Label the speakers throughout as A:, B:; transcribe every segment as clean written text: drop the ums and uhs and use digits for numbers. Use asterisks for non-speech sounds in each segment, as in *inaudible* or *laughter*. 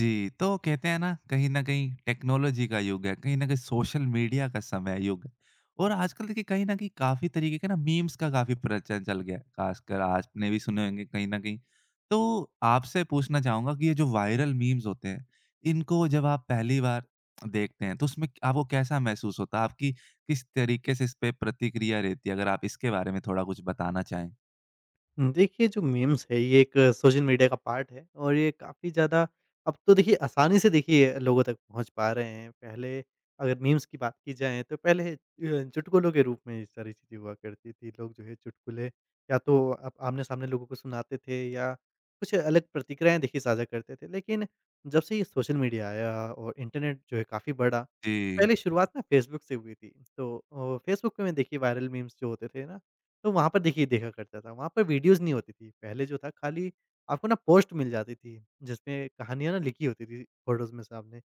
A: जी, तो कहते हैं ना कहीं न कहीं टेक्नोलॉजी का युग है, कहीं न कहीं सोशल मीडिया का समय युग है और आजकल देखिए कहीं न कहीं काफ़ी तरीके के ना मीम्स का काफ़ी प्रचलन चल गया है, ख़ासकर आपने भी सुने होंगे कहीं न कहीं। तो आपसे पूछना चाहूँगा कि ये जो वायरल मीम्स होते हैं, इनको जब आप पहली बार देखते हैं, तो उसमें आपको कैसा महसूस होता है? आपकी किस तरीके से इस पे प्रतिक्रिया रहती है? अगर आप इसके बारे में थोड़ा कुछ बताना चाहें।
B: देखिए, जो मीम्स है ये एक सोशल मीडिया का पार्ट है और ये काफ़ी ज़्यादा अब तो देखिए आसानी से देखिए लोगों तक पहुँच पा रहे हैं। पहले अगर मीम्स की बात की जाए तो पहले चुटकुलों के रूप में ये सारी चीज़ें हुआ करती थी। लोग जो है चुटकुले या तो आप आमने-सामने लोगों को सुनाते थे या कुछ अलग प्रतिक्रियाएँ देखिए साझा करते थे। लेकिन जब से ये सोशल मीडिया आया और इंटरनेट जो है काफ़ी बढ़ा,
A: जी,
B: पहले शुरुआत ना फेसबुक से हुई थी। तो फेसबुक पे में देखिए वायरल मीम्स जो होते थे ना, तो वहाँ पर देखिए देखा करता था, वहाँ पर वीडियोज़ नहीं होती थी। पहले जो था खाली आपको ना पोस्ट मिल जाती थी, जिसमें कहानियाँ ना लिखी होती थी, फोटोज़ में सामने।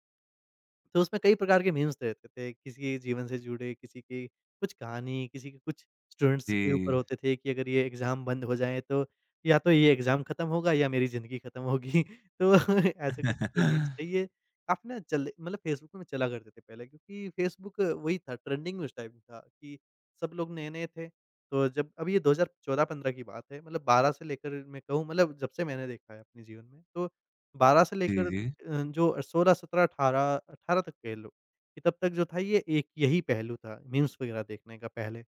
B: तो उसमें कई प्रकार के मीम्स रहते थे, किसी के जीवन से जुड़े, किसी की कुछ कहानी, किसी के कुछ स्टूडेंट्स
A: जी।
B: के ऊपर होते थे कि अगर ये एग्ज़ाम बंद हो जाएँ, तो या तो ये एग्ज़ाम खत्म होगा या मेरी ज़िंदगी खत्म होगी। *laughs* तो ऐसे कुछ जो मीम्स
A: *laughs*
B: थे, ये काफ़ी ना चले, मतलब फ़ेसबुक में चला करते थे पहले, क्योंकि फ़ेसबुक वही था ट्रेंडिंग में, उस टाइम था कि सब लोग नए-नए थे। तो जब अब ये 2014-15 की बात है, मतलब 12 से लेकर, मैं कहूँ मतलब जब से मैंने देखा है अपने जीवन में, तो 12 से
A: जी,
B: लेकर
A: जी।
B: जो 16, 17, 18 तक कह लो, कि तब तक जो था ये एक यही पहलू था मीम्स वगैरह देखने का पहले।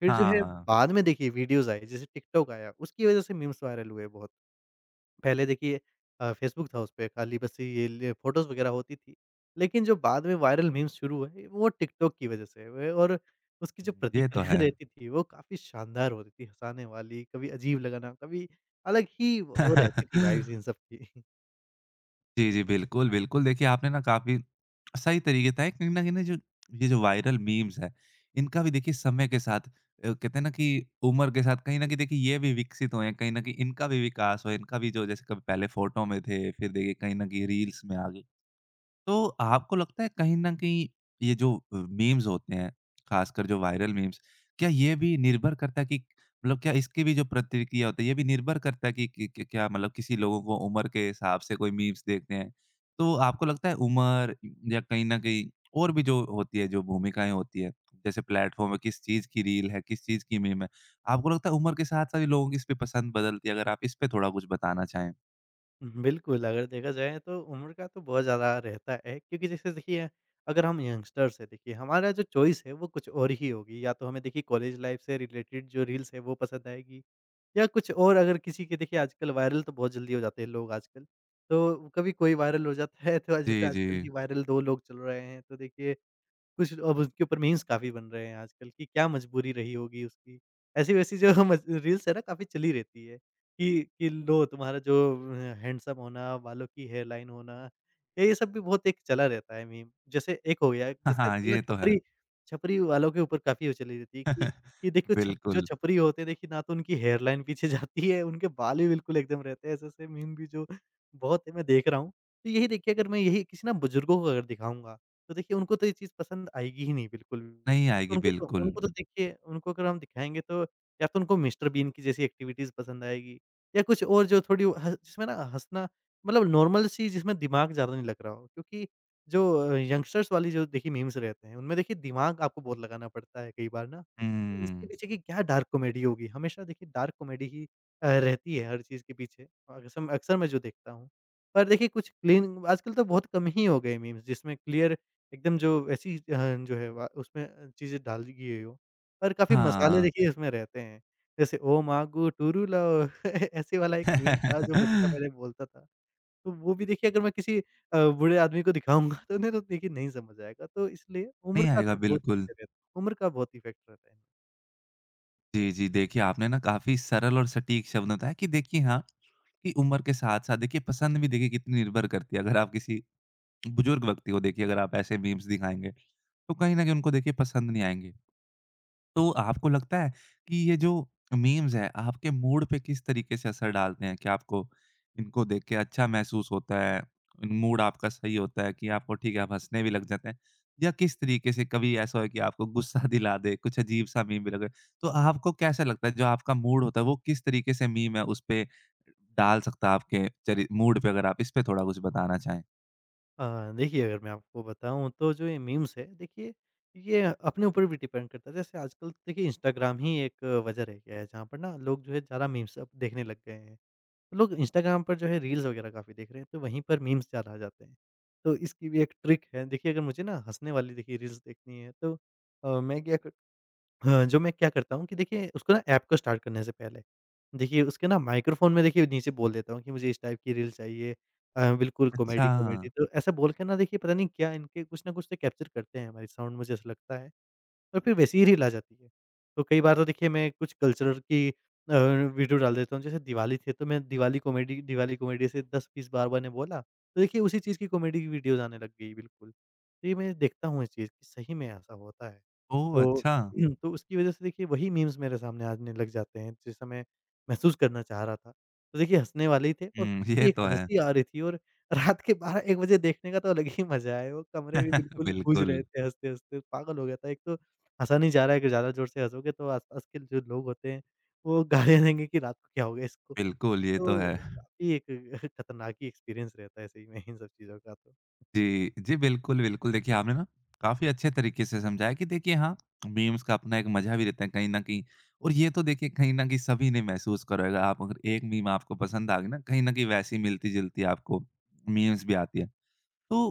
B: फिर जो है
A: हाँ,
B: बाद में देखिए वीडियोज़ आई, जैसे टिकटॉक आया, उसकी वज़ह से मीम्स वायरल हुए बहुत। पहले देखिए फ़ेसबुक था, उसपे खाली बस ये ले फ़ोटोज़ वगैरह होती थी। लेकिन जो बाद में वायरल मीम्स शुरू हुए, वो टिकटॉक की वज़ह से हुए, और उसकी जो प्रतिक्रिया
A: ये तो
B: *laughs*
A: है।
B: रहती थी, वो काफ़ी शानदार होती थी, हँसाने वाली, कभी अजीब लगाना, कभी अलग ही वो रहती थी वाइब्स इन
A: *laughs*
B: सब की।
A: जी, जी, बिल्कुल, बिल्कुल। देखिए, आपने ना काफ़ी सही तरीके बताए कहीं न कहीं ना जो ये जो वायरल मीम्स हैं, इनका भी देखिए समय के साथ कहते हैं ना कि उम्र के साथ कहीं न कहीं देखिए ये भी विकसित हुए हैं, कहीं न कहीं इनका भी विकास हुआ है, इनका भी जो जैसे कभी पहले फ़ोटो में थे, फिर देखिए कहीं न कहीं रील्स में आ गए। तो आपको लगता है कहीं न कहीं ये जो मीम्स होते हैं, खासकर जो वायरल मीम्स, क्या ये भी निर्भर करता है कि मतलब क्या इसकी भी जो प्रतिक्रिया होती है, ये भी निर्भर करता है कि क्या मतलब किसी लोगों को उम्र के हिसाब से कोई मीम्स देखते हैं? तो आपको लगता है उम्र या कहीं न कहीं और भी जो होती है, जो भूमिकाएँ होती है, जैसे प्लेटफ़ॉर्म है, किस चीज़ की रील है, किस चीज़ की मीम है, आपको लगता है उम्र के साथ-साथ ये लोगों की इस पे पसंद बदलती है? अगर आप इस पे थोड़ा कुछ बताना चाहें।
B: बिल्कुल, अगर देखा जाए तो उम्र का तो बहुत ज़्यादा रहता है, क्योंकि जैसे देखिए अगर हम यंगस्टर्स हैं, देखिए हमारा जो चॉइस है वो कुछ और ही होगी, या तो हमें देखिए कॉलेज लाइफ से रिलेटेड जो रील्स है वो पसंद आएगी, या कुछ और, अगर किसी के देखिए आजकल वायरल तो बहुत जल्दी हो जाते हैं लोग आजकल। तो कभी कोई वायरल हो जाता है, तो जैसे
A: जी, जी।
B: आजकल ही वायरल 2 लोग चल रहे हैं, तो देखिए कुछ अब उसके ऊपर मीम्स काफ़ी बन रहे हैं आजकल, कि क्या मजबूरी रही होगी उसकी। ऐसी-वैसी जो *laughs* मज रील्स है ना काफ़ी चली रहती है कि लो तुम्हारा जो हैंडसम होना, बालों की हेयरलाइन होना, ये सब भी बहुत एक चला रहता है मीम। जैसे एक हो गया,
A: हाँ,
B: जैसे
A: हाँ,
B: आजकल ना
A: ये तो है।
B: छपरी, छपरी वालों के ऊपर काफ़ी वो चली रहती है कि
A: *laughs*
B: देखिए छप, जो
A: बिल्कुल।
B: छपरी होते हैं देखिए ना, तो उनकी हेयरलाइन पीछे *laughs* जाती है, उनके बाल भी बिल्कुल एकदम रहते हैं, ऐसे-ऐसे मीम भी जो बहुत है, मैं देख रहा हूँ। तो यही देखिए, अगर मैं यही किसी ना बुजुर्गों को अगर दिखाऊँगा, तो देखिए उनको तो ये चीज़ पसंद आएगी ही नहीं, बिल्कुल
A: नहीं
B: भी। तो
A: आएगी
B: उनको तो
A: बिल्कुल।
B: उनको तो देखिए उनको अगर हम दिखाएँगे, तो या तो उनको मिस्टर बीन की जैसी एक्टिविटीज़ पसंद आएगी, या कुछ और जो थोड़ी ह, जिसमें ना हँसना, मतलब नॉर्मल सी जिसमें दिमाग ज़्यादा नहीं लग रहा हो। क्योंकि जो यंगस्टर्स वाली जो देखिए मीम्स रहते हैं, उनमें देखिए दिमाग आपको बहुत लगाना पड़ता है कई बार ना। इसके
A: हुँ।
B: पीछे की क्या डार्क कॉमेडी होगी? हमेशा देखिए डार्क कॉमेडी ही रहती है हर चीज़ के पीछे। अक्सम अक्सर मैं जो देखता हूँ। पर देखिए कुछ क्लीन आजकल तो बहुत कम ही हो गए मीम्स, जिसमें क्लियर एकदम जो ऐसी जो है वा उसमें चीज़ें डाल दी गई हो, और काफ़ी मसाले
A: हाँ।
B: देखिए इसमें रहते हैं। जैसे ओ मागो टूरू लाओ, *laughs* ऐसे वाला एक मीम था जो बच्चा
A: *laughs*
B: पहले बोलता था। तो वो भी देखिए, अगर मैं किसी बूढ़े आदमी को दिखाऊँगा, *laughs* तो उन्हें तो देखिए नहीं समझ आएगा। तो इसलिए उम्र
A: नहीं
B: का
A: आएगा
B: तो बहुत
A: बिल्कुल।
B: इसमें रहता है, उम्र का बहुत इफ़ेक्ट रहता है।
A: जी, जी। देखिए आपने ना काफ़ी सरल और सटीक शब्द बताया कि देखिए हाँ, कि उम्र के साथ-साथ देखिए पसंद भी देखिए कितनी निर्भर करती है। अगर आप किसी बुजुर्ग व्यक्ति को देखिए अगर आप ऐसे मीम्स दिखाएँगे, तो कहीं न कहीं उनको देखिए पसंद नहीं आएँगे। तो आपको लगता है कि ये जो मीम्स हैं, आपके मूड पे किस तरीके से असर डालते हैं? क्या आपको इनको देख के अच्छा महसूस होता है? मूड आपका सही होता है कि आपको ठीक है, आप हँसने भी लग जाते हैं? या किस तरीके से कभी ऐसा हो कि आपको गुस्सा *laughs* दिला दे, कुछ अजीब-सा मीम भी लगे? तो आपको कैसा लगता है, जो आपका मूड होता है, वो किस तरीके से मीम है, उसपे डाल सकता है आपके चरि मूड पे? अगर आप इस पे थोड़ा कुछ बताना चाहें।
B: देखिए अगर मैं आपको बताऊँ, तो जो ये मीम्स है देखिए ये अपने ऊपर भी डिपेंड करता है। जैसे आजकल तो देखिए इंस्टाग्राम ही एक वजह रह गया है, जहाँ पर ना लोग जो है ज़्यादा मीम्स अब देखने लग गए हैं। लोग इंस्टाग्राम पर जो है रील्स वगैरह काफ़ी देख रहे हैं, तो वहीं पर मीम्स ज़्यादा आ जाते हैं। तो इसकी भी एक ट्रिक है, देखिए अगर मुझे ना हँसने वाली देखिए रील्स देखनी है, तो अ, मैं क्या कर हाँ, जो मैं क्या करता हूँ कि देखिए उसको ना ऐप को स्टार्ट करने से पहले, देखिए उसके ना माइक्रोफ़ोन में देखिए नीचे बोल देता हूँ कि मुझे इस टाइप की रील चाहिए, बिल्कुल
A: अच्छा।
B: कॉमेडी-कॉमेडी, तो ऐसा बोल के ना, देखिए पता नहीं क्या इनके कुछ ना कुछ तो कैप्चर करते हैं हमारी साउंड, मुझे ऐसा लगता है। और फिर वैसे ही रील आ जाती है। तो कई बार तो देखिए मैं कुछ कल्चरल की अ, वीडियो डाल देता हूँ, जैसे दिवाली थी, तो मैं दिवाली कॉमेडी, दिवाली कॉमेडी से 10-20 बार मैंने बोला, तो देखिए उसी चीज़ की कॉमेडी की वीडियोज़ आने लग गई बिल्कुल। तो ये मैं देखता हूँ इस चीज़ की, सही में ऐसा होता है।
A: ओह!
B: तो
A: अच्छा।
B: *clears throat* तो उसकी वजह से देखिए वही मीम्स मेरे सामने आने लग जाते हैं, जिस समय महसूस करना चाह रहा था। तो देखिए हँसने वाले ही थे, और
A: हुँ, ये
B: काफ़ी एक
A: तो है।
B: हँसी आ रही थी, और *laughs* रात के 12-1 बजे देखने का तो अलग ही मज़ा है, वो कमरे में
A: *laughs*
B: बिल्कुल गूँज रहे
A: बिल्कुल,
B: थे हँसते-हँसते, पागल हो गया था। एक तो हँसा नहीं जा रहा है कि ज़्यादा ज़ोर से हँसोगे तो आस-पास के जो लोग होते हैं, वो गालियाँ *laughs* देंगे कि रात को क्या हो गया इसको।
A: बिल्कुल, ये तो
B: तो
A: है।
B: काफ़ी एक *laughs* खतरनाक ही एक्सपीरियंस रहता है, सही में इन सब चीज़ों का तो।
A: जी, जी, बिल्कुल, बिल्कुल। देखिए, आपने ना काफ़ी अच्छे तरीके से समझाया कि देखिए हाँ, मीम्स का अपना एक मज़ा भी रहता है कहीं न कहीं और ये तो देखिए कहीं न कहीं सभी ने महसूस करा होगा। आप अगर एक मीम आपको पसंद आ गई ना, कहीं न कहीं वैसी मिलती-जुलती आपको मीम्स भी आती है। तो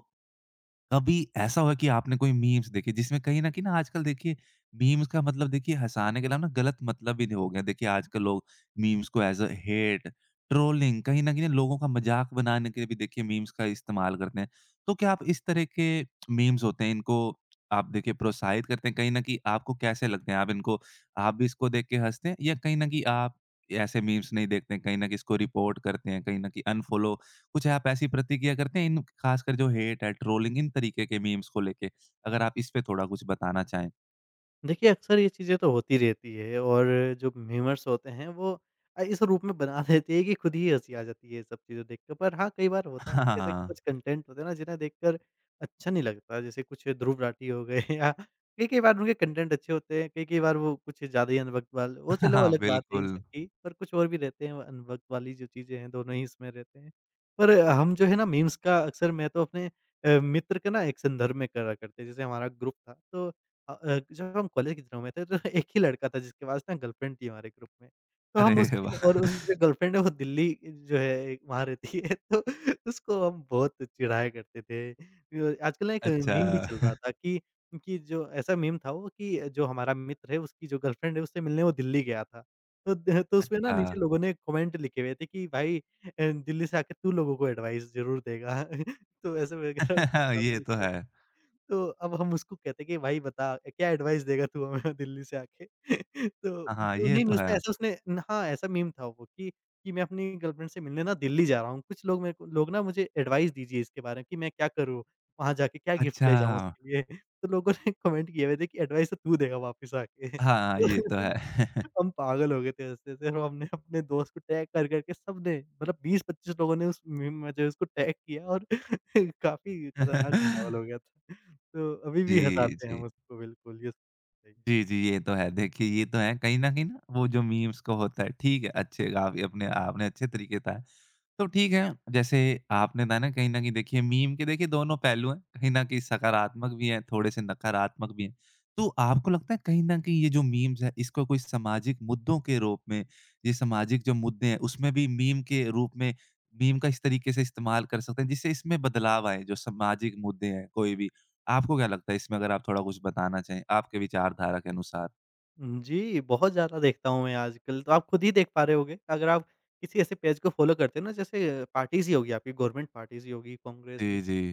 A: कभी ऐसा हुआ कि आपने कोई मीम्स देखे जिसमें कहीं न कहीं ना आजकल देखिए मीम्स का मतलब देखिए हँसाने के अलावा ना गलत मतलब भी हो गया। देखिए आजकल लोग मीम्स को ऐज़ अ हेट, ट्रोलिंग कहीं न कहीं ना लोगों का मज़ाक बनाने के लिए भी देखिए मीम्स का इस्तेमाल करते हैं। तो क्या आप इस तरह के मीम्स होते हैं इनको आप देखिए प्रोत्साहित करते हैं कहीं न कहीं आपको कैसे लगते हैं? आप इनको आप भी इसको देख के हँसते हैं या कहीं न कहीं आप ऐसे मीम्स नहीं देखते हैं, कहीं न कहीं इसको रिपोर्ट करते हैं, कहीं न कहीं अनफ़ॉलो कुछ आप ऐसी प्रतिक्रिया करते हैं इन खासकर जो हेट है, ट्रोलिंग इन तरीके के मीम्स को लेके? अगर आप इस पे थोड़ा कुछ बताना चाहें।
B: देखिए, अक्सर ये चीज़ें तो होती रहती है, और जो मीमर्स होते हैं वो इस रूप में बना *laughs* देती है कि खुद ही हँसी आ जाती है ये सब चीज़ें देखकर। पर हाँ, कई बार होता है
A: हाँ,
B: कि ऐसे
A: हाँ।
B: कुछ कंटेंट होते हैं ना, जिन्हें देखकर अच्छा नहीं लगता, जैसे कुछ ध्रुव राठी हो गए, *laughs* या कई-कई बार उनके कंटेंट अच्छे होते हैं, कई-कई बार वो कुछ ज़्यादा ही अनवक्त वाले, वो
A: हाँ,
B: चलो
A: हाँ,
B: अलग बात है इन
A: बिल्कुल।
B: सब की, पर कुछ और भी रहते हैं वो अनवक्त वाली जो चीज़ें हैं, दोनों ही इसमें रहते हैं। पर हम जो है ना मीम्स का अक्सर मैं तो अपने मित्र के ना एक संदर्भ में करा करते, जैसे हमारा ग्रुप था, तो जब हम कॉलेज के दिनों में थे, तो *laughs* एक ही लड़का था जिसके पास ना गर्लफ्रेंड थी हमारे ग्रुप में। तो हम
A: अरे
B: उसकी न,
A: वाह!
B: और उसकी
A: *laughs*
B: जो गर्लफ्रेंड है वो दिल्ली जो है वहाँ रहती है, *laughs* तो उसको हम बहुत चिढ़ाया करते थे। आजकल ना एक
A: अच्छा।
B: मीम भी चल रहा
A: *laughs*
B: था कि जो ऐसा मीम था वो, कि जो हमारा मित्र है उसकी जो गर्लफ्रेंड है उससे मिलने वो दिल्ली गया था। तो द तो उसमें ना
A: अच्छा।
B: नीचे लोगों ने कमेंट लिखे हुए थे कि भाई, दिल्ली से आके तू लोगों को एडवाइस ज़रूर देगा। *laughs* तो ऐसे वगैरह उसमें
A: *laughs* ये
B: काफी,
A: तो है।
B: तो अब हम उसको कहते हैं कि भाई बता क्या एडवाइस देगा तू हमें दिल्ली से आके, *laughs* तो
A: हाँ, हाँ,
B: तो
A: ये
B: नहीं,
A: तो है।
B: उसमें ऐसा उसने न, हाँ, ऐसा मीम था वो कि मैं अपनी गर्लफ्रेंड से मिलने ना दिल्ली जा रहा हूँ। कुछ लोग मेरे को, लोग ना मुझे एडवाइस दीजिए इसके बारे में कि मैं क्या करूँ? वहाँ जाके क्या गिफ्ट
A: अच्छा।
B: ले जाऊँ उसके लिए? *laughs* तो लोगों ने कमेंट किए हुए थे कि एडवाइस तो तू देगा वापस आके।
A: हाँ, ये तो
B: *laughs*
A: है। *laughs*
B: हम पागल हो गए थे हँसते-हँसते, और हमने अपने दोस्त को टैग कर-कर के सबने, मतलब 20-25 लोगों ने उस मीम में जो है उसको टैग किया, और *laughs* *laughs* काफ़ी खतरनाक
A: *laughs*
B: माहौल हो गया था। तो अभी भी
A: जी,
B: हँसाते हैं हम
A: जी।
B: उसको, बिल्कुल, ये सही है।
A: जी, जी, ये तो है। देखिए, ये तो है कहीं न कहीं ना वो जो मीम्स को होता है ठीक है, अच्छे काफ़ी अपने आपने अच्छे तरीके बताया। तो ठीक है, जैसे आपने बताया ना कहीं न कहीं देखिए मीम के देखिए दोनों पहलू हैं, कहीं न कहीं सकारात्मक भी हैं, थोड़े-से नकारात्मक भी हैं। तो आपको लगता है कहीं न कहीं ये जो मीम्स हैं, इसको कोई सामाजिक मुद्दों के रूप में, ये सामाजिक जो मुद्दे हैं, उसमें भी मीम के रूप में मीम का इस तरीके से इस्तेमाल कर सकते हैं, जिससे इसमें बदलाव आए, जो सामाजिक मुद्दे हैं कोई भी? आपको क्या लगता है इसमें अगर आप थोड़ा कुछ बताना चाहें, आपके विचारधारा के अनुसार?
B: हुँ, जी, बहुत ज़्यादा देखता हूँ मैं आजकल, तो आप खुद ही देख पा रहे होंगे। अगर आप किसी ऐसे पेज को फ़ॉलो करते हो ना, जैसे पार्टीज़ ही होगी आपकी, गवर्नमेंट पार्टीज़ ही होगी, कांग्रेस, बी,
A: जी, जी।
B: तो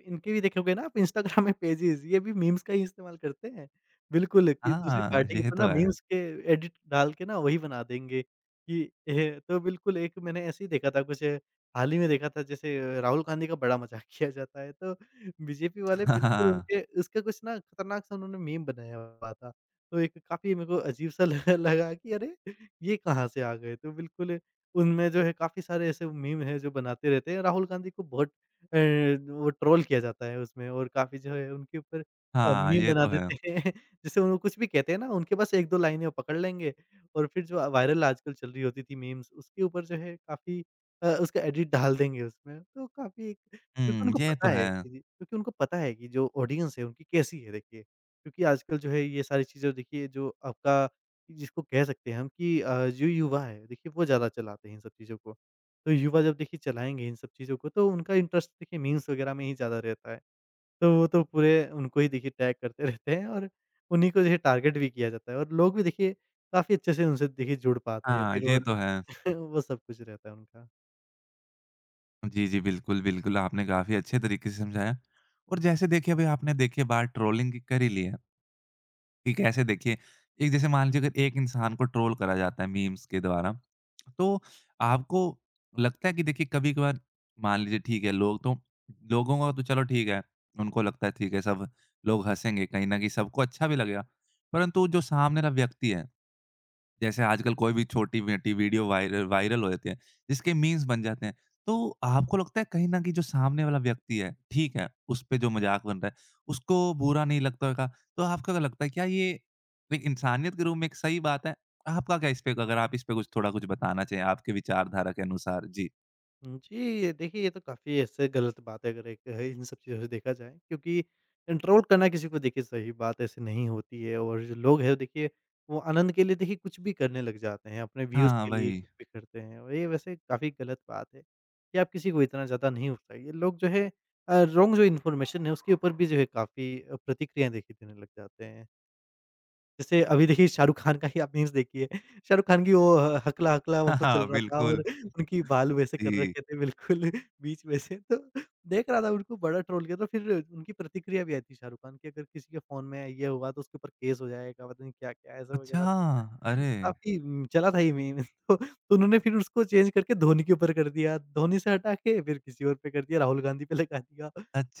B: इनके भी देखोगे ना आप इंस्टाग्राम में पेजेज़, ये भी मीम्स का ही इस्तेमाल करते हैं। बिल्कुल, कि दूसरी
A: हाँ,
B: पार्टी के
A: ये
B: ऊपर ना
A: तो है।
B: मीम्स के एडिट डाल के ना वही बना देंगे कि एह, तो बिल्कुल, एक मैंने ऐसे ही देखा था कुछ, हाल ही में देखा था, जैसे राहुल गांधी का बड़ा मज़ाक *laughs* किया जाता है, तो बीजेपी वाले
A: *laughs* हाँ,
B: बिल्कुल
A: हाँ,
B: उनके उसका कुछ ना खतरनाक सा उन्होंने मीम बनाया हुआ था। तो एक काफ़ी मेरे को अजीब-सा ल *laughs* लगा लगा कि अरे! ये कहाँ से आ गए? तो बिल्कुल उनमें जो है काफ़ी सारे ऐसे मीम हैं जो बनाते रहते हैं। राहुल गांधी को बहुत वो ट्रोल किया जाता है उसमें और काफ़ी जो है उनके ऊपर
A: हाँ,
B: मीम
A: ये
B: बना
A: तो है।
B: देते हैं *laughs* जैसे वो कुछ भी कहते हैं ना उनके पास 1-2 लाइनें वो पकड़ लेंगे। और फिर जो वायरल आजकल चल रही होती थी मीम्स उसके ऊपर जो है काफ़ी उसका एडिट डाल देंगे उसमें। तो काफ़ी
A: हुँ, ये तो है।
B: क्योंकि उनको पता है कि जो ऑडियंस है उनकी कैसी है देखिए। क्योंकि आजकल जो है ये सारी चीज़ें देखिए जो आपका जिसको कह सकते हैं हम कि जो युवा है देखिए वो ज़्यादा चलाते हैं इन सब चीज़ों को। तो युवा जब देखिए चलाएँगे इन सब चीज़ों को तो उनका इंटरेस्ट देखिए मीम्स वग़ैरह में ही ज़्यादा रहता है। तो वो तो पूरे उनको ही देखिए टैग करते *laughs* रहते हैं। और उन्हीं को जो है टारगेट भी किया जाता है और लोग भी देखिए काफ़ी अच्छे से उनसे देखिए जुड़ पाते हैं।
A: हाँ,
B: फिर
A: ये
B: वो
A: तो है।
B: *laughs* वो सब कुछ रहता है उनका।
A: जी, जी, बिल्कुल, बिल्कुल, आपने काफ़ी अच्छे तरीके से समझाया। और जैसे देखिए अभी आपने देखिए बात ट्रोलिंग की कर ही ली है, कि कैसे देखिए एक जैसे मान लीजिए अगर एक इंसान को ट्रोल करा जाता है मीम्स के द्वारा, तो आपको लगता है कि देखिए कभी-कभार मान लीजिए ठीक है, लोग तो लोगों का तो चलो ठीक है, उनको लगता है ठीक है सब लोग हँसेंगे, कहीं न कहीं सबको अच्छा भी लगेगा। परंतु जो सामने वाला व्यक्ति है जैसे आजकल कोई भी छोटी-मोटी वीडियो वायरल वायरल हो जाती है, जिसके मीम्स बन जाते हैं। तो आपको लगता है कहीं न कहीं जो सामने वाला व्यक्ति है, ठीक है, उस पे जो मज़ाक बन रहा है, उसको बुरा नहीं लगता होगा। तो आपको क्या लगता है क्या ये एक इंसानियत के रूप में एक सही बात है? आपका क्या इस पे अगर आप इस पे कुछ थोड़ा कुछ बताना चाहें आपके विचारधारा के अनुसार? जी।
B: हुँ, जी, देखिए ये तो काफ़ी ऐसे गलत बात है अगर एक है इन सब चीज़ों से देखा जाए, क्योंकि कंट्रोल करना किसी को देखिए सही बात ऐसे नहीं होती है। और जो लोग हैं देखिए वो आनंद के लिए देखिए कुछ भी करने लग जाते हैं, अपने व्यूज़
A: हाँ,
B: के लिए
A: वही।
B: कुछ भी करते हैं और ये वैसे काफ़ी गलत बात है कि आप किसी को इतना ज़्यादा नहीं उकसाइए। लोग जो है रॉन्ग जो इन्फॉर्मेशन है उसके ऊपर भी जो है काफ़ी प्रतिक्रियाएँ देखिए देने लग जाते हैं। जैसे अभी देखिए शाहरुख खान का ही आप मीम्स देखिए, शाहरुख खान की वो ह हकला हकला
A: *laughs* हाँ,
B: वो चल
A: हाँ,
B: रहा था। और
A: बिल्कुल।
B: उनकी बाल वैसे कर
A: जी।
B: रखे थे बिल्कुल *laughs* बीच में से, तो देख रहा था उनको बड़ा ट्रोल किया। तो फिर उनकी प्रतिक्रिया भी आई थी शाहरुख खान की, अगर किसी के फ़ोन में ये हुआ तो उसके ऊपर केस हो जाएगा, पता नहीं क्या-क्या ऐसा वगैरह।
A: अच्छा! अरे!
B: काफ़ी चला था ये मीम। *laughs* तो उन्होंने फिर उसको चेंज करके धोनी के ऊपर कर दिया, धोनी से हटा के फिर किसी और पे कर दिया, राहुल गांधी पे लगा दिया।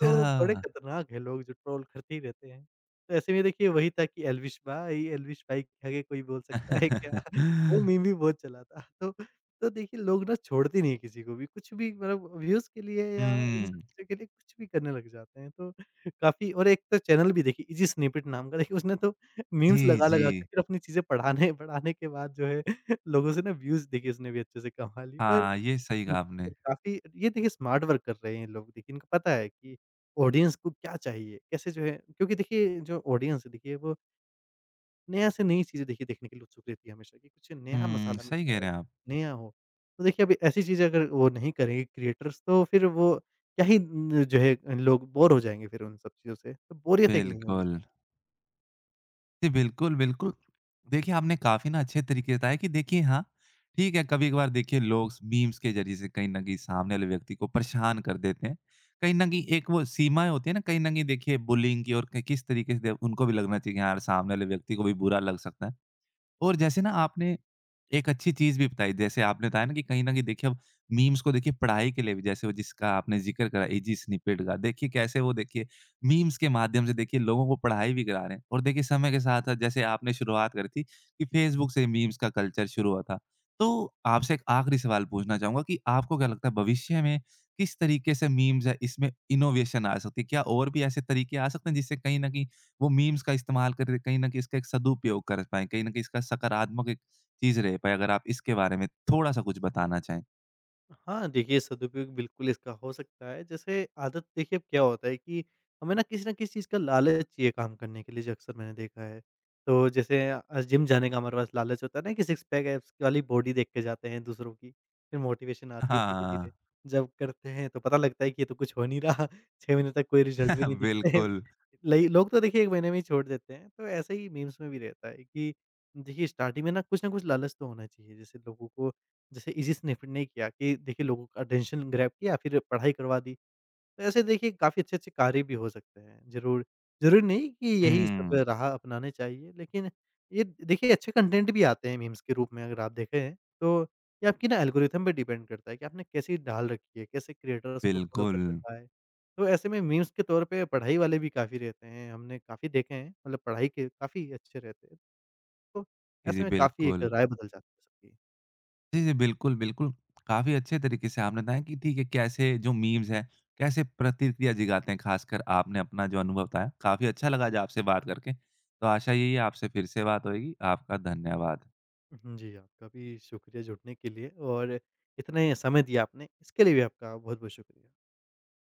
B: तो बड़े खतरनाक हैं लोग जो ट्रोल करते ही रहते हैं। तो ऐसे में देखिए वही था कि एल्विश भाई के आगे कोई बोल सकता है क्या? *laughs* वो
A: *laughs*
B: मीम भी बहुत चला था। तो देखिए लोग ना छोड़ते नहीं हैं किसी को भी, कुछ भी मतलब व्यूज़ के लिए या इन सब
A: हुँ।
B: चीज़ों के लिए कुछ भी करने लग जाते हैं। तो काफ़ी, और एक तो चैनल भी देखिए इज़ी स्निपेट नाम का, देखिए उसने तो मीम्स
A: जी,
B: लगा-लगा के
A: जी।
B: फिर अपनी चीज़ें पढ़ाने पढ़ाने के बाद जो है *laughs* लोगों से ना व्यूज़ देखिए उसने भी अच्छे से कमा ली। पर
A: हाँ, ये सही कहा आपने।
B: पर काफ़ी ये देखिए स्मार्ट वर्क कर रहे हैं ये लोग। देखिए इनको पता है कि ऑडियंस को क्या चाहिए, कैसे जो है, क्योंकि देखिए जो ऑडियंस है देखिए वो नया से नई चीज़ें देखिए देखने के लिए उत्सुक रहती है हमेशा, कि कुछ नया
A: हुँ,
B: मसाला
A: सही कह
B: मिलता रहे,
A: रहे हैं आप।
B: नया हो। तो देखिए अब ऐसी चीज़ें अगर वो नहीं करेंगे क्रिएटर्स, तो फिर वो क्या ही न जो है, लोग बोर हो जाएँगे फिर उन सब चीज़ों से। तो बोरियत एक नहीं होनी।
A: बिल्कुल। जी, बिल्कुल, बिल्कुल। देखिए, आपने काफ़ी ना अच्छे तरीके से बताया कि देखिए हाँ, ठीक है, कभी-कभार देखिए लोग मीम्स के ज़रिए से कहीं न कहीं सामने वाले व्यक्ति को परेशान कर देते हैं। कहीं न कहीं एक वो सीमाएँ होती हैं ना, कहीं न कहीं देखिए बुलिंग की और क किस तरीके से उनको भी लगना चाहिए कि हाँ यार, सामने वाले व्यक्ति को भी बुरा लग सकता है। और जैसे ना आपने एक अच्छी चीज़ भी बताई, जैसे आपने बताया ना कि कहीं न कहीं देखिए अब मीम्स को देखिए पढ़ाई के लिए भी जैसे वो जिसका आपने ज़िक्र करा इजी स्निपेट का, देखिए कैसे वो देखिए मीम्स के माध्यम से देखिए लोगों को पढ़ाई भी करा रहे हैं। और देखिए समय के साथ-साथ जैसे आपने शुरुआत करी थी कि फेसबुक से मीम्स का कल्चर शुरू हुआ था। तो आपसे एक आखिरी सवाल पूछना चाहूँगा कि आपको क्या लगता है भविष्य में किस तरीके से मीम्स है इसमें इनोवेशन आ सकती है? क्या और भी ऐसे तरीके आ सकते हैं जिससे कहीं न कहीं वो मीम्स का इस्तेमाल कर कहीं न कहीं इसका एक सदुपयोग कर पाएँ, कहीं न कहीं इसका सकारात्मक एक चीज़ रह पाए, अगर आप इसके बारे में थोड़ा-सा कुछ बताना चाहें?
B: हाँ, देखिए सदुपयोग बिल्कुल इसका हो सकता है। जैसे आदत देखिए अब क्या होता है कि हमें ना किसी न किसी चीज़ का लालच चाहिए काम करने के लिए, जो अक्सर मैंने देखा है। तो जैसे जिम जाने का हमारे पास लालच होता है ना, कि सिक्स पैक एब्स वाली बॉडी देख के जाते हैं दूसरों की, फिर मोटिवेशन आती है
A: हाँ,
B: धीरे-धीरे। जब करते हैं तो पता लगता है कि ये तो कुछ हो नहीं रहा, *laughs* 6 महीने तक कोई रिज़ल्ट भी
A: *laughs*
B: नहीं दिखते हैं।
A: बिल्कुल।
B: लई लोग तो देखिए 1 महीने में ही छोड़ देते हैं। तो ऐसे ही मीम्स में भी रहता है कि देखिए स्टार्टिंग में ना कुछ न कुछ लालच तो होना चाहिए। जैसे लोगों को जैसे इज़ी से निपट नहीं किया कि देखिए लोगों का अटेंशन ग्रैब किया फिर पढ़ाई करवा दी। तो ऐसे देखिए काफ़ी अच्छे-अच्छे कार्य भी हो सकते हैं। ज़रूरी नहीं कि यही सब
A: हुँ,
B: राह अपनाने चाहिए, लेकिन ये देखिए अच्छे कंटेंट भी आते हैं मीम्स के रूप में अगर आप देखें तो। ये आपकी ना एल्गोरिथम पे डिपेंड करता है कि आपने कैसी ढाल रखी है, कैसे क्रिएटर्स को फॉलो कर
A: बिल्कुल।
B: रखा है। तो ऐसे में मीम्स के तौर पे पढ़ाई वाले भी काफ़ी रहते हैं, हमने काफ़ी देखे हैं, मतलब पढ़ाई के काफ़ी अच्छे रहते हैं। तो
A: जी, जी,
B: ऐसे में काफ़ी एक
A: बिल्कुल।
B: राय बदल जाती है सबकी।
A: जी, जी, बिल्कुल, बिल्कुल। काफ़ी अच्छे तरीके से आपने बताया कि ठीक है, कैसे जो मीम्स हैं, कैसे प्रतिक्रिया जगाते हैं, ख़ासकर आपने अपना जो अनुभव बताया, काफ़ी अच्छा लगा आज आपसे बात करके। तो आशा यही है आपसे फिर से बात होएगी। आपका धन्यवाद।
B: उहुँ, जी, आपका भी शुक्रिया जुड़ने के लिए, और इतना ही समय दिया आपने, इसके लिए भी आपका बहुत-बहुत शुक्रिया।